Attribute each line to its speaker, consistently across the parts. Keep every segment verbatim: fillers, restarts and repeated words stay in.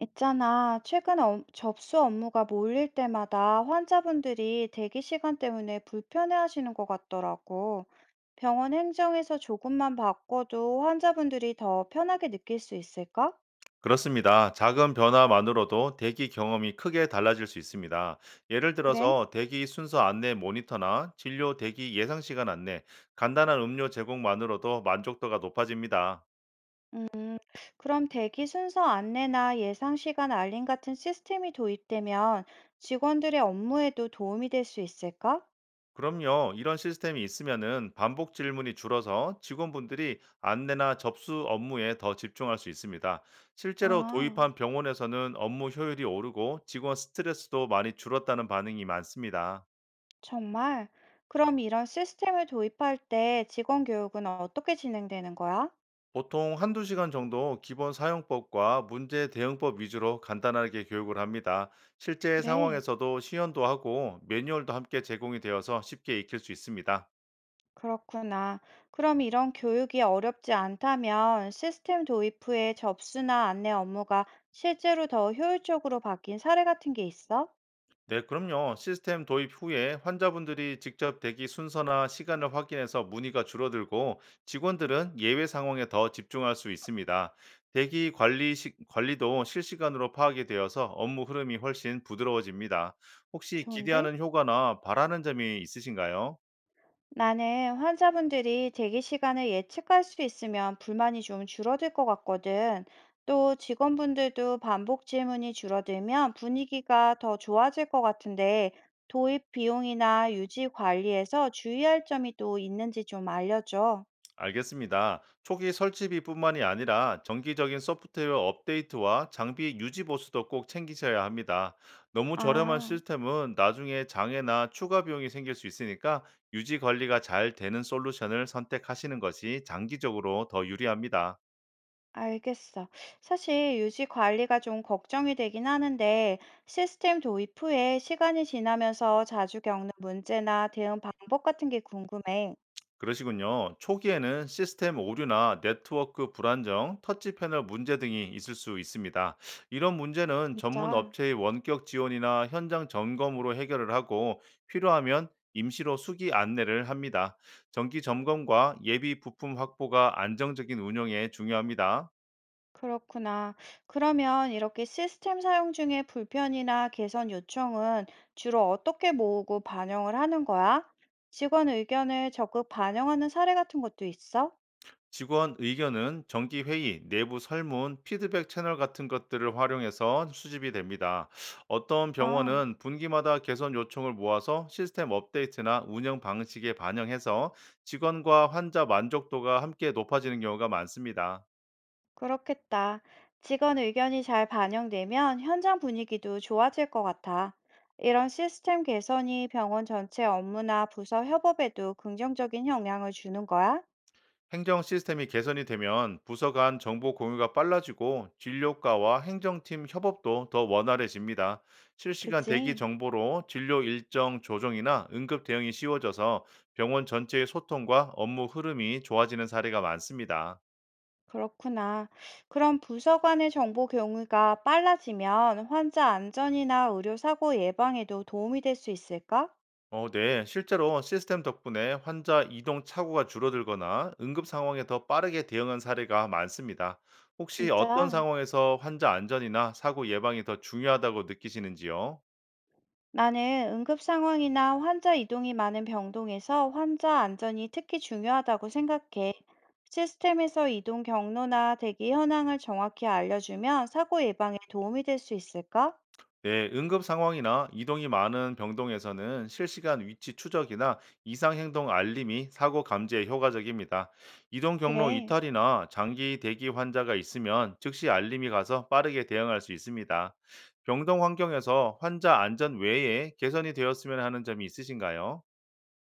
Speaker 1: 있잖아, 최근 업- 접수 업무가 몰릴 때마다 환자분들이 대기 시간 때문에 불편해하시는 것 같더라고. 병원 행정에서 조금만 바꿔도 환자분들이 더 편하게 느낄 수 있을까?
Speaker 2: 그렇습니다. 작은 변화만으로도 대기 경험이 크게 달라질 수 있습니다. 예를
Speaker 1: 그래?
Speaker 2: 들어서 대기 순서 안내 모니터나 진료 대기 예상 시간 안내, 간단한 음료 제공만으로도 만족도가 높아집니다.
Speaker 1: 음, 그럼 대기 순서 안내나 예상 시간 알림 같은 시스템이 도입되면 직원들의 업무에도 도움이 될 수 있을까?
Speaker 2: 그럼요. 이런 시스템이 있으면은 반복 질문이 줄어서 직원분들이 안내나 접수 업무에 더 집중할 수 있습니다. 실제로
Speaker 1: 아,
Speaker 2: 도입한 병원에서는 업무 효율이 오르고 직원 스트레스도 많이 줄었다는 반응이 많습니다.
Speaker 1: 정말? 그럼 이런 시스템을 도입할 때 직원 교육은 어떻게 진행되는 거야?
Speaker 2: 보통 한두 시간 정도 기본 사용법과 문제 대응법 위주로 간단하게 교육을 합니다. 실제
Speaker 1: 그래.
Speaker 2: 상황에서도 시연도 하고 매뉴얼도 함께 제공이 되어서 쉽게 익힐 수 있습니다.
Speaker 1: 그렇구나. 그럼 이런 교육이 어렵지 않다면 시스템 도입 후에 접수나 안내 업무가 실제로 더 효율적으로 바뀐 사례 같은 게 있어?
Speaker 2: 네, 그럼요. 시스템 도입 후에 환자분들이 직접 대기 순서나 시간을 확인해서 문의가 줄어들고 직원들은 예외 상황에 더 집중할 수 있습니다. 대기 관리 시- 관리도 실시간으로 파악이 되어서 업무 흐름이 훨씬 부드러워집니다. 혹시
Speaker 1: 좋은데?
Speaker 2: 기대하는 효과나 바라는 점이 있으신가요?
Speaker 1: 나는 환자분들이 대기 시간을 예측할 수 있으면 불만이 좀 줄어들 것 같거든. 또 직원분들도 반복 질문이 줄어들면 분위기가 더 좋아질 것 같은데 도입 비용이나 유지 관리에서 주의할 점이 또 있는지 좀 알려줘.
Speaker 2: 알겠습니다. 초기 설치비뿐만이 아니라 정기적인 소프트웨어 업데이트와 장비 유지 보수도 꼭 챙기셔야 합니다. 너무 저렴한
Speaker 1: 아.
Speaker 2: 시스템은 나중에 장애나 추가 비용이 생길 수 있으니까 유지 관리가 잘 되는 솔루션을 선택하시는 것이 장기적으로 더 유리합니다.
Speaker 1: 알겠어. 사실 유지 관리가 좀 걱정이 되긴 하는데 시스템 도입 후에 시간이 지나면서 자주 겪는 문제나 대응 방법 같은 게 궁금해.
Speaker 2: 그러시군요. 초기에는 시스템 오류나 네트워크 불안정, 터치 패널 문제 등이 있을 수 있습니다. 이런 문제는 전문
Speaker 1: 진짜
Speaker 2: 업체의 원격 지원이나 현장 점검으로 해결을 하고 필요하면 임시로 수기 안내를 합니다. 정기 점검과 예비 부품 확보가 안정적인 운영에 중요합니다.
Speaker 1: 그렇구나. 그러면 이렇게 시스템 사용 중에 불편이나 개선 요청은 주로 어떻게 모으고 반영을 하는 거야? 직원 의견을 적극 반영하는 사례 같은 것도 있어?
Speaker 2: 직원 의견은 정기 회의, 내부 설문, 피드백 채널 같은 것들을 활용해서 수집이 됩니다. 어떤
Speaker 1: 아.
Speaker 2: 병원은 분기마다 개선 요청을 모아서 시스템 업데이트나 운영 방식에 반영해서 직원과 환자 만족도가 함께 높아지는 경우가 많습니다.
Speaker 1: 그렇겠다. 직원 의견이 잘 반영되면 현장 분위기도 좋아질 것 같아. 이런 시스템 개선이 병원 전체 업무나 부서 협업에도 긍정적인 영향을 주는 거야?
Speaker 2: 행정 시스템이 개선이 되면 부서 간 정보 공유가 빨라지고 진료과와 행정팀 협업도 더 원활해집니다. 실시간 대기
Speaker 1: 그치?
Speaker 2: 정보로 진료 일정 조정이나 응급 대응이 쉬워져서 병원 전체의 소통과 업무 흐름이 좋아지는 사례가 많습니다.
Speaker 1: 그렇구나. 그럼 부서 간의 정보 경유가 빨라지면 환자 안전이나 의료 사고 예방에도 도움이 될 수 있을까?
Speaker 2: 어, 네. 실제로 시스템 덕분에 환자 이동 착오가 줄어들거나 응급 상황에 더 빠르게 대응한 사례가 많습니다. 혹시 어떤
Speaker 1: 진짜?
Speaker 2: 상황에서 환자 안전이나 사고 예방이 더 중요하다고 느끼시는지요?
Speaker 1: 나는 응급 상황이나 환자 이동이 많은 병동에서 환자 안전이 특히 중요하다고 생각해. 시스템에서 이동 경로나 대기 현황을 정확히 알려주면 사고 예방에 도움이 될 수 있을까?
Speaker 2: 네, 응급 상황이나 이동이 많은 병동에서는 실시간 위치 추적이나 이상 행동 알림이 사고 감지에 효과적입니다. 이동 경로
Speaker 1: 그래.
Speaker 2: 이탈이나 장기 대기 환자가 있으면 즉시 알림이 가서 빠르게 대응할 수 있습니다. 병동 환경에서 환자 안전 외에 개선이 되었으면 하는 점이 있으신가요?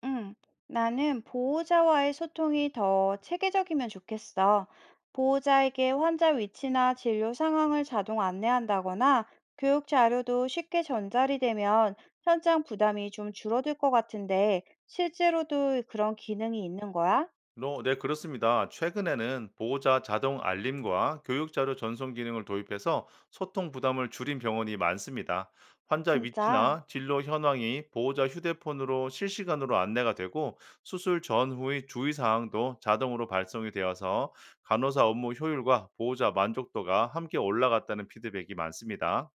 Speaker 1: 응, 나는 보호자와의 소통이 더 체계적이면 좋겠어. 보호자에게 환자 위치나 진료 상황을 자동 안내한다거나 교육 자료도 쉽게 전달이 되면 현장 부담이 좀 줄어들 것 같은데 실제로도 그런 기능이 있는 거야?
Speaker 2: 로- 네, 그렇습니다. 최근에는 보호자 자동 알림과 교육자료 전송 기능을 도입해서 소통 부담을 줄인 병원이 많습니다. 환자
Speaker 1: 진짜?
Speaker 2: 위치나 진료 현황이 보호자 휴대폰으로 실시간으로 안내가 되고 수술 전후의 주의사항도 자동으로 발송이 되어서 간호사 업무 효율과 보호자 만족도가 함께 올라갔다는 피드백이 많습니다.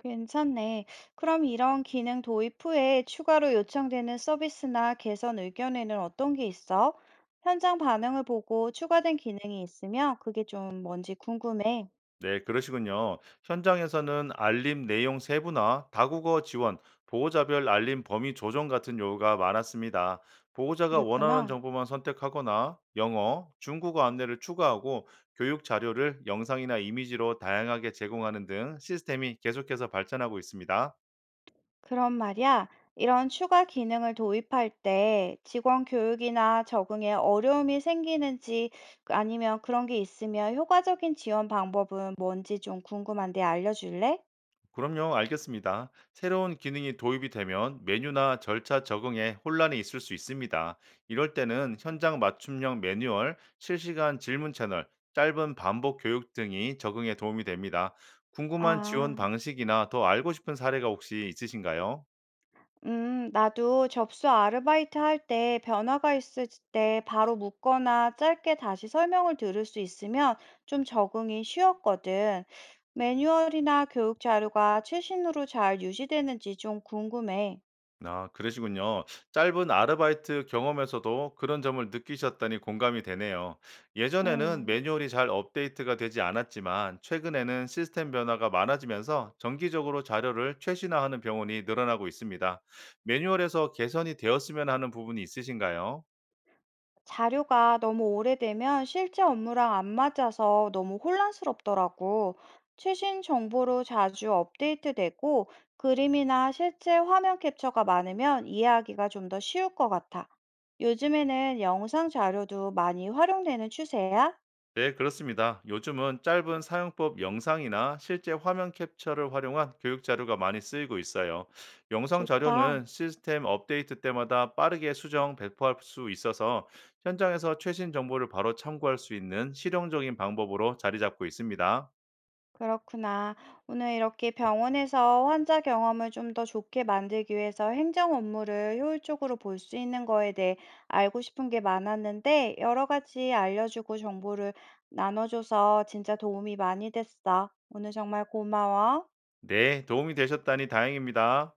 Speaker 1: 괜찮네. 그럼 이런 기능 도입 후에 추가로 요청되는 서비스나 개선 의견에는 어떤 게 있어? 현장 반응을 보고 추가된 기능이 있으면 그게 좀 뭔지 궁금해.
Speaker 2: 네, 그러시군요. 현장에서는 알림 내용 세부나 다국어 지원, 보호자별 알림 범위 조정 같은 요구가 많았습니다. 보호자가
Speaker 1: 그랬구나.
Speaker 2: 원하는 정보만 선택하거나 영어, 중국어 안내를 추가하고 교육 자료를 영상이나 이미지로 다양하게 제공하는 등 시스템이 계속해서 발전하고 있습니다.
Speaker 1: 그럼 말이야, 이런 추가 기능을 도입할 때 직원 교육이나 적응에 어려움이 생기는지 아니면 그런 게 있으면 효과적인 지원 방법은 뭔지 좀 궁금한데 알려줄래?
Speaker 2: 그럼요, 알겠습니다. 새로운 기능이 도입이 되면 메뉴나 절차 적응에 혼란이 있을 수 있습니다. 이럴 때는 현장 맞춤형 매뉴얼, 실시간 질문 채널, 짧은 반복 교육 등이 적응에 도움이 됩니다. 궁금한 지원
Speaker 1: 아.
Speaker 2: 방식이나 더 알고 싶은 사례가 혹시 있으신가요?
Speaker 1: 음, 나도 접수 아르바이트 할 때 변화가 있을 때 바로 묻거나 짧게 다시 설명을 들을 수 있으면 좀 적응이 쉬웠거든. 매뉴얼이나 교육 자료가 최신으로 잘 유지되는지 좀 궁금해.
Speaker 2: 아, 그러시군요. 짧은 아르바이트 경험에서도 그런 점을 느끼셨다니 공감이 되네요. 예전에는
Speaker 1: 음.
Speaker 2: 매뉴얼이 잘 업데이트가 되지 않았지만, 최근에는 시스템 변화가 많아지면서 정기적으로 자료를 최신화하는 병원이 늘어나고 있습니다. 매뉴얼에서 개선이 되었으면 하는 부분이 있으신가요?
Speaker 1: 자료가 너무 오래되면 실제 업무랑 안 맞아서 너무 혼란스럽더라고. 최신 정보로 자주 업데이트되고 그림이나 실제 화면 캡처가 많으면 이해하기가 좀 더 쉬울 것 같아. 요즘에는 영상 자료도 많이 활용되는 추세야?
Speaker 2: 네, 그렇습니다. 요즘은 짧은 사용법 영상이나 실제 화면 캡처를 활용한 교육 자료가 많이 쓰이고 있어요. 영상
Speaker 1: 좋다.
Speaker 2: 자료는 시스템 업데이트 때마다 빠르게 수정, 배포할 수 있어서 현장에서 최신 정보를 바로 참고할 수 있는 실용적인 방법으로 자리 잡고 있습니다.
Speaker 1: 그렇구나. 오늘 이렇게 병원에서 환자 경험을 좀 더 좋게 만들기 위해서 행정 업무를 효율적으로 볼 수 있는 거에 대해 알고 싶은 게 많았는데, 여러 가지 알려주고 정보를 나눠줘서 진짜 도움이 많이 됐어. 오늘 정말 고마워.
Speaker 2: 네, 도움이 되셨다니 다행입니다.